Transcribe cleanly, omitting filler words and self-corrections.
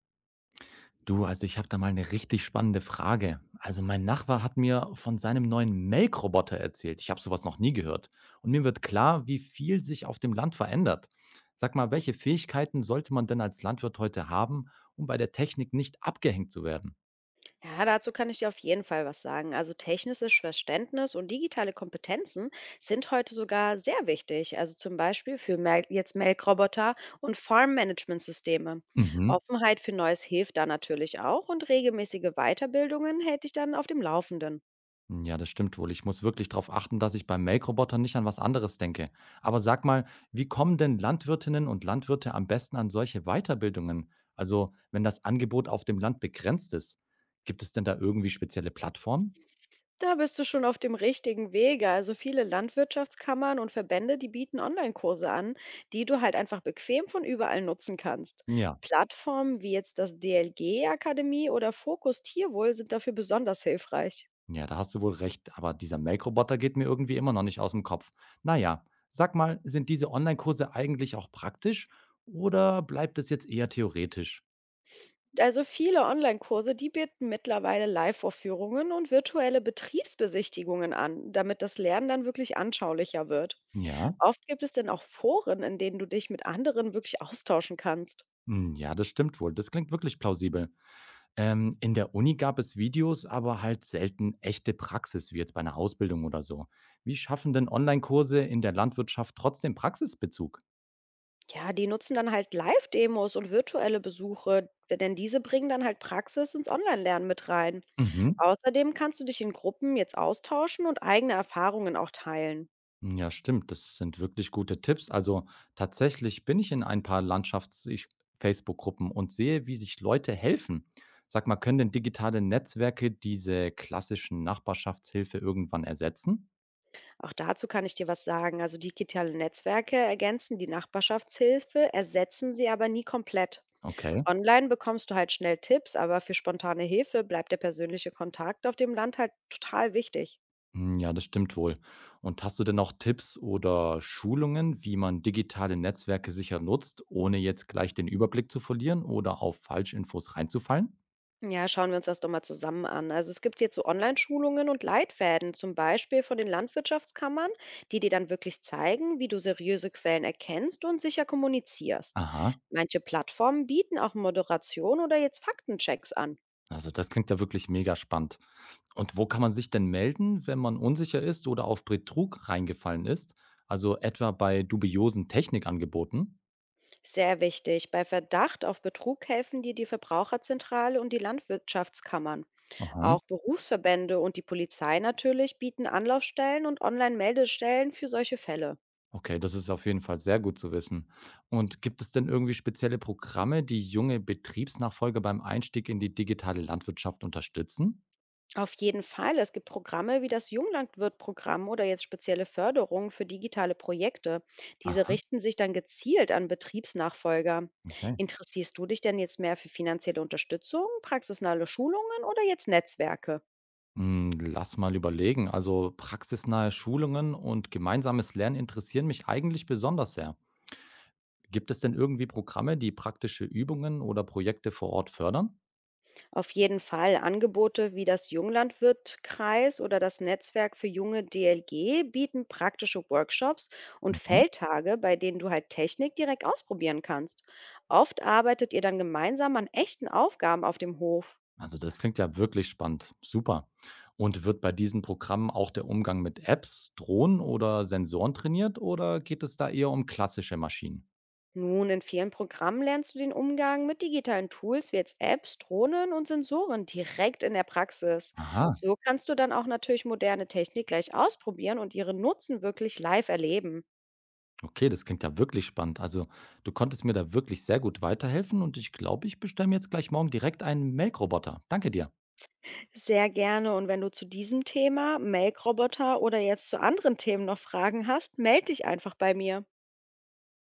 Du, also ich habe da mal eine richtig spannende Frage. Also mein Nachbar hat mir von seinem neuen Melkroboter erzählt. Ich habe sowas noch nie gehört. Und mir wird klar, wie viel sich auf dem Land verändert. Sag mal, welche Fähigkeiten sollte man denn als Landwirt heute haben, um bei der Technik nicht abgehängt zu werden? Ja, dazu kann ich dir auf jeden Fall was sagen. Also technisches Verständnis und digitale Kompetenzen sind heute sogar sehr wichtig. Also zum Beispiel für Melkroboter und Farm-Management-Systeme. Mhm. Offenheit für Neues hilft da natürlich auch und regelmäßige Weiterbildungen hält dich dann auf dem Laufenden. Ja, das stimmt wohl. Ich muss wirklich darauf achten, dass ich beim Melkrobotern nicht an was anderes denke. Aber sag mal, wie kommen denn Landwirtinnen und Landwirte am besten an solche Weiterbildungen? Also, wenn das Angebot auf dem Land begrenzt ist, gibt es denn da irgendwie spezielle Plattformen? Da bist du schon auf dem richtigen Wege. Also viele Landwirtschaftskammern und Verbände, die bieten Online-Kurse an, die du halt einfach bequem von überall nutzen kannst. Ja, Plattformen wie jetzt das DLG-Akademie oder Fokus Tierwohl sind dafür besonders hilfreich. ja, da hast du wohl recht, aber dieser Melkroboter geht mir irgendwie immer noch nicht aus dem Kopf. Naja, sag mal, sind diese Online-Kurse eigentlich auch praktisch oder bleibt es jetzt eher theoretisch? Also viele Online-Kurse, die bieten mittlerweile Live-Vorführungen und virtuelle Betriebsbesichtigungen an, damit das Lernen dann wirklich anschaulicher wird. Ja, Oft gibt es denn auch Foren, in denen du dich mit anderen wirklich austauschen kannst. hm, ja, das stimmt wohl. Das klingt wirklich plausibel. In der Uni gab es Videos, aber halt selten echte Praxis, wie jetzt bei einer Ausbildung oder so. Wie schaffen denn Online-Kurse in der Landwirtschaft trotzdem Praxisbezug? Ja, die nutzen dann halt Live-Demos und virtuelle Besuche, denn diese bringen dann halt Praxis ins Online-Lernen mit rein. Mhm. Außerdem kannst du dich in Gruppen jetzt austauschen und eigene Erfahrungen auch teilen. Ja, stimmt. Das sind wirklich gute Tipps. Also tatsächlich bin ich in ein paar Landschafts-Facebook-Gruppen und sehe, wie sich Leute helfen. Sag mal, können denn digitale Netzwerke diese klassischen Nachbarschaftshilfe irgendwann ersetzen? Auch dazu kann ich dir was sagen. Also digitale Netzwerke ergänzen die Nachbarschaftshilfe, ersetzen sie aber nie komplett. Okay. Online bekommst du halt schnell Tipps, aber für spontane Hilfe bleibt der persönliche Kontakt auf dem Land halt total wichtig. Hm, ja, das stimmt wohl. Und hast du denn auch Tipps oder Schulungen, wie man digitale Netzwerke sicher nutzt, ohne jetzt gleich den Überblick zu verlieren oder auf Falschinfos reinzufallen? Ja, schauen wir uns das doch mal zusammen an. Also es gibt jetzt so Online-Schulungen und Leitfäden, zum Beispiel von den Landwirtschaftskammern, die dir dann wirklich zeigen, wie du seriöse Quellen erkennst und sicher kommunizierst. Aha. Manche Plattformen bieten auch Moderation oder jetzt Faktenchecks an. Also das klingt ja wirklich mega spannend. Und wo kann man sich denn melden, wenn man unsicher ist oder auf Betrug reingefallen ist? Also etwa bei dubiosen Technikangeboten? Sehr wichtig, bei Verdacht auf Betrug helfen dir die Verbraucherzentrale und die Landwirtschaftskammern. Aha. Auch Berufsverbände und die Polizei natürlich bieten Anlaufstellen und Online-Meldestellen für solche Fälle. Okay, das ist auf jeden Fall sehr gut zu wissen. Und gibt es denn irgendwie spezielle Programme, die junge Betriebsnachfolger beim Einstieg in die digitale Landwirtschaft unterstützen? Auf jeden Fall. Es gibt Programme wie das Junglandwirt-Programm oder jetzt spezielle Förderungen für digitale Projekte. Diese Aha, richten sich dann gezielt an Betriebsnachfolger. okay. Interessierst du dich denn jetzt mehr für finanzielle Unterstützung, praxisnahe Schulungen oder jetzt Netzwerke? Hm, lass mal überlegen. Also praxisnahe Schulungen und gemeinsames Lernen interessieren mich eigentlich besonders sehr. Gibt es denn irgendwie Programme, die praktische Übungen oder Projekte vor Ort fördern? Auf jeden Fall. Angebote wie das Junglandwirt-Kreis oder das Netzwerk für junge DLG bieten praktische Workshops und Mhm. Feldtage, bei denen du halt Technik direkt ausprobieren kannst. Oft arbeitet ihr dann gemeinsam an echten Aufgaben auf dem Hof. Also, das klingt ja wirklich spannend. Super. Und wird bei diesen Programmen auch der Umgang mit Apps, Drohnen oder Sensoren trainiert oder geht es da eher um klassische Maschinen? Nun, in vielen Programmen lernst du den Umgang mit digitalen Tools wie jetzt Apps, Drohnen und Sensoren direkt in der Praxis. Aha, So kannst du dann auch natürlich moderne Technik gleich ausprobieren und ihren Nutzen wirklich live erleben. okay, das klingt ja wirklich spannend. Also, du konntest mir da wirklich sehr gut weiterhelfen und ich glaube, ich bestelle mir jetzt gleich morgen direkt einen Melkroboter. Danke dir. Sehr gerne. Und wenn du zu diesem Thema, Melkroboter oder jetzt zu anderen Themen noch Fragen hast, melde dich einfach bei mir.